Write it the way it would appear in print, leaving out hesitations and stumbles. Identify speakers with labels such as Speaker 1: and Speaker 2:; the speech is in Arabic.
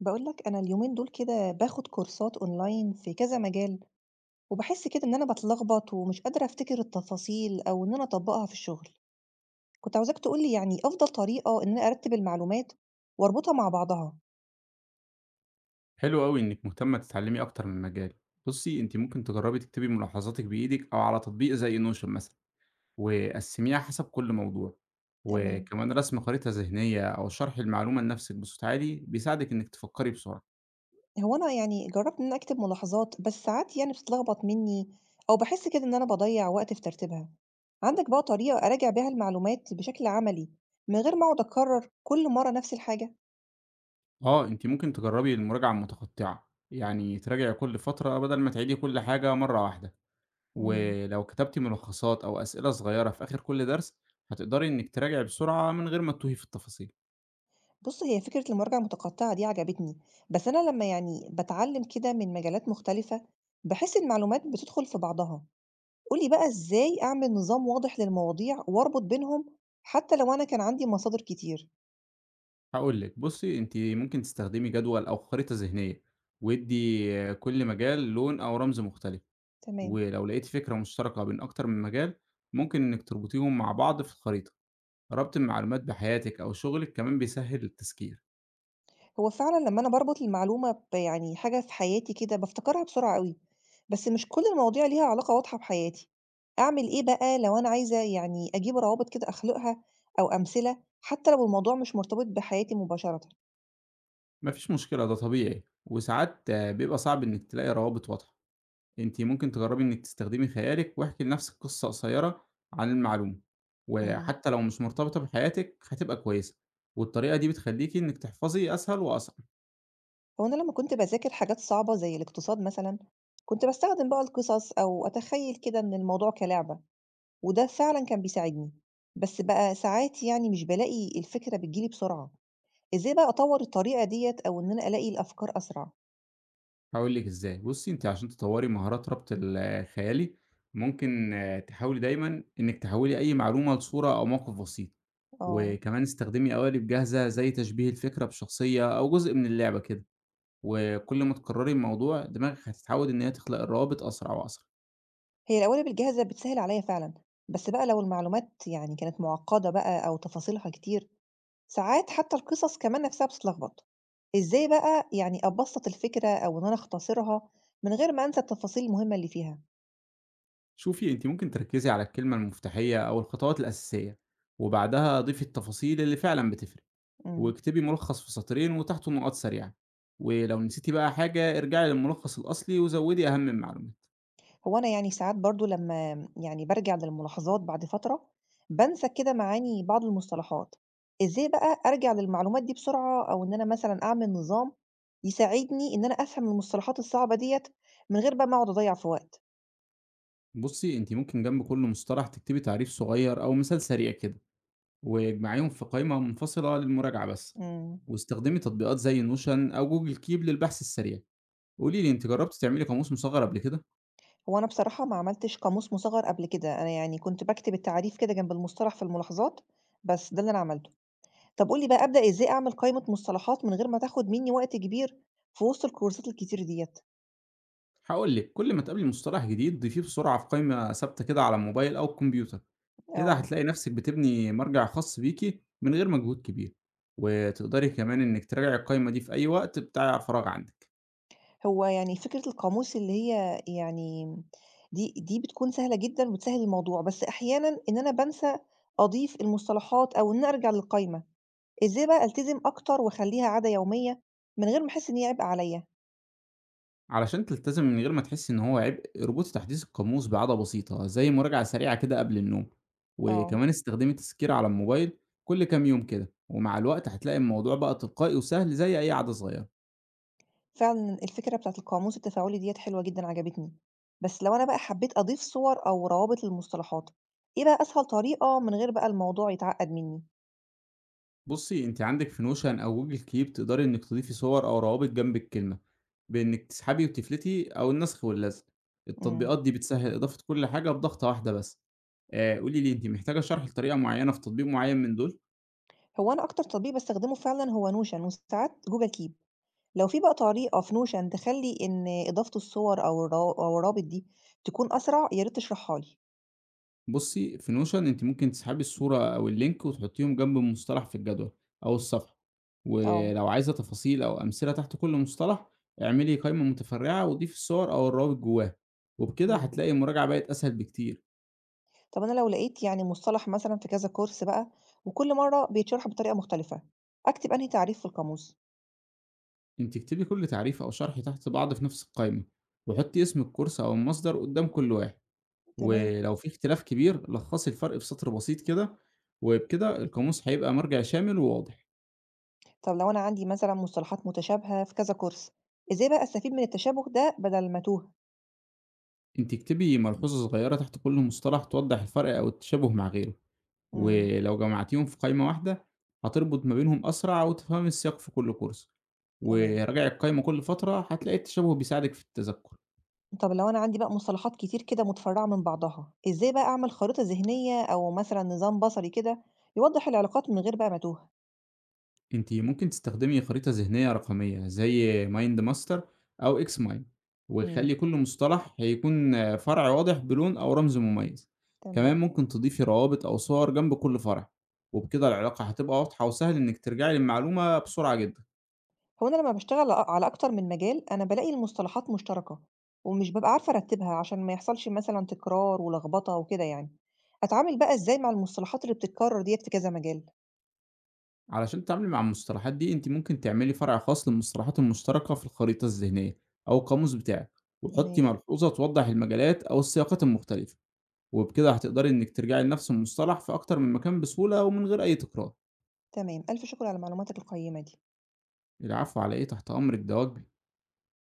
Speaker 1: باقول لك أنا اليومين دول كده باخد كورسات أونلاين في كذا مجال، وباحس كده إن أنا باتلخبط ومش قادرة أفتكر التفاصيل أو إن أنا أطبّقها في الشغل. كنت عاوزاك تقول لي يعني أفضل طريقة إن أنا أرتب المعلومات وأربطها مع بعضها.
Speaker 2: حلو أوي إنِك مهتمة تتعلمي أكتر من مجال. بُصّي، أنتِ ممكن تجربي تكتبي ملاحظاتِك بإيدِك أو على تطبيق زي notion مثلًا، وقسميها حسب كل موضوع،
Speaker 1: تمام.
Speaker 2: وكمان رسم خريطة ذهنية أو شرح المعلومة لنفسِك بصوت عالي بيساعدِك إنِك تفكري بسرعة.
Speaker 1: هو أنا يعني جرّبت إن أنا أكتب ملاحظات، بس ساعات يعني بتتلخبط منّي أو باحس كده إن أنا باضيّع وقت في ترتيبها. عندك بقى طريقة أراجع بيها المعلومات بشكل عملي من غير ما أقعد أكرر كل مرّة نفس الحاجة؟
Speaker 2: أنتِ ممكن تجربي المراجعة المتقطعة، يعني تراجعي كل فترة بدل ما تعيدي كل حاجة مرة واحدة.
Speaker 1: إمم.
Speaker 2: ولو كتبتِ ملخصات أو أسئلة صغيرة في آخر كل درس، هتقدري إنِك تراجعي بسرعة من غير ما تتوهي في التفاصيل.
Speaker 1: بُص، هي فكرة المراجعة المتقطعة دي عجبتني، بس أنا لمّا يعني باتعلم كده من مجالات مختلفة، باحس المعلومات بتدخل في بعضها. قُل لي بقى إزاي أعمل نظام واضح للمواضيع وأربط بينهم حتى لو أنا كان عندي مصادر كتير؟
Speaker 2: هاقول لِك، بُصّي أنتِ ممكن تستخدمي جدول أو خريطة ذهنية، وادّي كل مجال لون أو رمز مختلف،
Speaker 1: تمام.
Speaker 2: ولو لقيتِ فكرة مشتركة بين أكتر من مجال، ممكن إنِّك تربطيهم مع بعض في الخريطة. ربط المعلومات بحياتِك أو شغلِك كمان بيسهّل التذكير،
Speaker 1: هو فعلًا لمّا أنا باربط المعلومة ب يعني حاجة في حياتي كده بافتكرها بسرعة أوي، بس مش كل المواضيع ليها علاقة واضحة بحياتي. أعمل إيه بقى لو أنا عايزة يعني أجيب روابط كده أخلقها أو أمثلة حتى لو الموضوع مش مرتبط بحياتي مباشرةً؟
Speaker 2: ما فيش مشكلة ده طبيعي، وساعات بيبقى صعب إنِّك تلاقي روابط واضحة. أنتِ ممكن تجرّبي إنِّك تستخدمي خيالِك واحكي لنفسِك قصة قصيرة عن المعلومة،
Speaker 1: إمم.
Speaker 2: وحتى لو مش مرتبطة بحياتِك هتبقى كويسة، والطريقة دي بتخلّيكِ إنِّك تحفظي أسهل وأسرع.
Speaker 1: هو أنا لمّا كنت باذاكر حاجات صعبة زي الاقتصاد مثلًا، كنت باستخدم بقى القصص أو أتخيّل كده إن الموضوع كلعبة، وده فعلًا كان بيساعدني. بس بقى ساعات يعني مش بالاقي الفكرة بتيجي لي بسرعة، إزاي بقى أطوّر الطريقة ديّة أو إن أنا ألاقي الأفكار أسرع؟
Speaker 2: هاقول لِك إزاي، بُصّي أنتِ عشان تطوّري مهارات ربط الخيالي، ممكن تحاولي دايمًا إنِّك تحوّلي أي معلومة لصورة أو موقف بسيط،
Speaker 1: آه،
Speaker 2: وكمان استخدمي قوالب جاهزة زي تشبيه الفكرة بشخصية أو جزء من اللعبة كده، وكل ما تكرّري الموضوع دماغِك هتتعوّد إن هي تخلق الروابط أسرع وأسرع.
Speaker 1: هي القوالب الجاهزة بتسهِّل عليَّ فعلًا، بس بقى لو المعلومات يعني كانت معقدة بقى أو تفاصيلها كتير، ساعات حتى القصص كمان نفسها بتتلخبط. إزاي بقى يعني أبسّط الفكرة أو إن أنا أختصرها من غير ما أنسى التفاصيل المهمة اللي فيها؟
Speaker 2: شوفي أنتِ ممكن تركّزي على الكلمة المفتاحية أو الخطوات الأساسية، وبعدها ضيفي التفاصيل اللي فعلًا بتفرق.
Speaker 1: إمم.
Speaker 2: واكتبي ملخص في سطرين وتحته نقاط سريعة، ولو نسيتِ بقى حاجة ارجعي للملخص الأصلي وزودي أهم المعلومات.
Speaker 1: هو أنا يعني ساعات برضه لمّا يعني بارجع للملاحظات بعد فترة، بانسى كده معاني بعض المصطلحات. إزاي بقى أرجع للمعلومات دي بسرعة أو إن أنا مثلًا أعمل نظام يساعدني إن أنا أفهم المصطلحات الصعبة ديّة من غير بقى ما أقعد أضيّع في وقت؟
Speaker 2: بُصّي، أنتِ ممكن جنب كل مصطلح تكتبي تعريف صغير أو مثال سريع كده، واجمعيهم في قائمة منفصلة للمراجعة بس،
Speaker 1: إمم.
Speaker 2: واستخدمي تطبيقات زي notion أو google keep للبحث السريع. قولي لي أنتِ جربتِ تعملي قاموس مصغر قبل كده؟
Speaker 1: هو أنا بصراحة ما عملتش قاموس مصغّر قبل كده، أنا يعني كنت باكتب التعريف كده جنب المصطلح في الملاحظات، بس ده اللي أنا عملته. طب قُل لي بقى أبدأ إزاي أعمل قائمة مصطلحات من غير ما تاخد منّي وقت كبير في وسط الكورسات الكتير ديّة؟
Speaker 2: هاقول لِك، كل ما تقابلي مصطلح جديد ضيفيه بسرعة في قائمة ثابتة كده على الموبايل أو الكمبيوتر. كده
Speaker 1: آه.
Speaker 2: هتلاقي نفسِك بتبني مرجع خاص بيكِ من غير مجهود كبير، وتقدري كمان إنِّك تراجعي القايمة دي في أي وقت بتاع فراغ عندِك،
Speaker 1: هو يعني فكرة القاموس اللي هي يعني دي بتكون سهلة جدًا وبتسهّل الموضوع، بس أحيانًا إن أنا بانسى أضيف المصطلحات أو إن أنا أرجع للقايمة، إزاي بقى ألتزم أكتر وأخلّيها عادة يومية من غير ما أحس إن هي عبء عليّا؟
Speaker 2: علشان تلتزمي من غير ما تحسّي إن هو عبء، اربطي تحديث القاموس بعادة بسيطة زي مراجعة سريعة كده قبل النوم،
Speaker 1: آه،
Speaker 2: وكمان استخدمي تذكير على الموبايل كل كام يوم كده، ومع الوقت هتلاقي الموضوع بقى تلقائي وسهل زي أي عادة صغيرة.
Speaker 1: فعلًا الفكرة بتاعة القاموس التفاعلي ديّة حلوة جدًا عجبتني، بس لو أنا بقى حبيت أضيف صور أو روابط للمصطلحات، إيه بقى أسهل طريقة من غير بقى الموضوع يتعقّد منّي؟
Speaker 2: بصي انت عندك في نوشن او جوجل كيب تقدري انك تضيفي صور او روابط جنب الكلمه بانك تسحبي وتفلتي او النسخ واللزق.
Speaker 1: إمم،
Speaker 2: التطبيقات دي بتسهل اضافه كل حاجه بضغطه واحده بس. قولي لي انت محتاجه شرح لطريقه معينه في تطبيق معين من دول؟
Speaker 1: هو أنا أكتر تطبيق باستخدمه فعلًا هو notion وساعات google keep. لو في بقى طريقة في notion تخلّي إن إضافة الصور أو الروابط دي تكون أسرع، يا ريت تشرحها لي.
Speaker 2: بصي في نوشن انت ممكن تسحبي الصوره او اللينك وتحطيهم جنب المصطلح في الجدول او الصفحه،
Speaker 1: آه،
Speaker 2: ولو عايزه تفاصيل او امثله تحت كل مصطلح اعملي قائمه متفرعه وضيفي الصور او الروابط جواها، وبكده
Speaker 1: إمم.
Speaker 2: هتلاقي المراجعه بقت اسهل بكتير.
Speaker 1: طب أنا لو لقيت يعني مصطلح مثلًا في كذا course بقى، وكل مرّة بيتشرح بطريقة مختلفة، أكتب أنهي تعريف في القاموس؟
Speaker 2: أنتِ اكتبي كل تعريف أو شرح تحت بعض في نفس القائمة، وحطي اسم الكورس أو المصدر قدام كل واحد،
Speaker 1: تمام.
Speaker 2: ولو في اختلاف كبير لخّصي الفرق في سطر بسيط كده، وبكده القاموس هيبقى مرجع شامل وواضح.
Speaker 1: طب لو أنا عندي مثلًا مصطلحات متشابهة في كذا course، إزاي بقى أستفيد من التشابه ده بدل ما أتوه؟
Speaker 2: أنتِ اكتبي ملحوظة صغيرة تحت كل مصطلح توضح الفرق أو التشابه مع غيره،
Speaker 1: إمم،
Speaker 2: ولو جمعتيهم في قائمة واحدة هتربط ما بينهم أسرع وتفهمي السياق في كل كورس،
Speaker 1: تمام.
Speaker 2: وراجعي القائمة كل فترة هتلاقي التشابه بيساعدِك في التذكر.
Speaker 1: طب لو أنا عندي بقى مصطلحات كتير كده متفرعة من بعضها، إزاي بقى أعمل خريطة ذهنية أو مثلًا نظام بصري كده يوضح العلاقات من غير بقى ما أتوه؟
Speaker 2: أنتِ ممكن تستخدمي خريطة ذهنية رقمية زي mind master أو X mind،
Speaker 1: إمم،
Speaker 2: ويخلي كل مصطلح هيكون فرع واضح بلون أو رمز مميز. كمان
Speaker 1: تمام.
Speaker 2: ممكن تضيفي روابط أو صور جنب كل فرع، وبكده العلاقة هتبقى واضحة وسهل إنك ترجعي للمعلومة بسرعة جدا.
Speaker 1: هو أنا لما باشتغل على أكتر من مجال أنا بالاقي المصطلحات مشتركة، ومش بابقى عارفة أرتبها عشان ما يحصلش مثلًا تكرار ولخبطة وكده يعني. أتعامل بقى إزاي مع المصطلحات اللي بتتكرر ديّة في كذا مجال؟
Speaker 2: علشان تتعاملي مع المصطلحات دي أنت ممكن تعملي فرع خاص للمصطلحات المشتركة في الخريطة الذهنية أو القاموس بتاعك، وحطي
Speaker 1: ماشي،
Speaker 2: ملحوظة توضح المجالات أو السياقات المختلفة، وبكده هتقدري إنِّك ترجعي لنفس المصطلح في أكتر من مكان بسهولة ومن غير أي تكرار.
Speaker 1: تمام. ألف شكر على معلوماتك القيمة دي.
Speaker 2: العفو على إيه، تحت أمرِك، ده واجبي.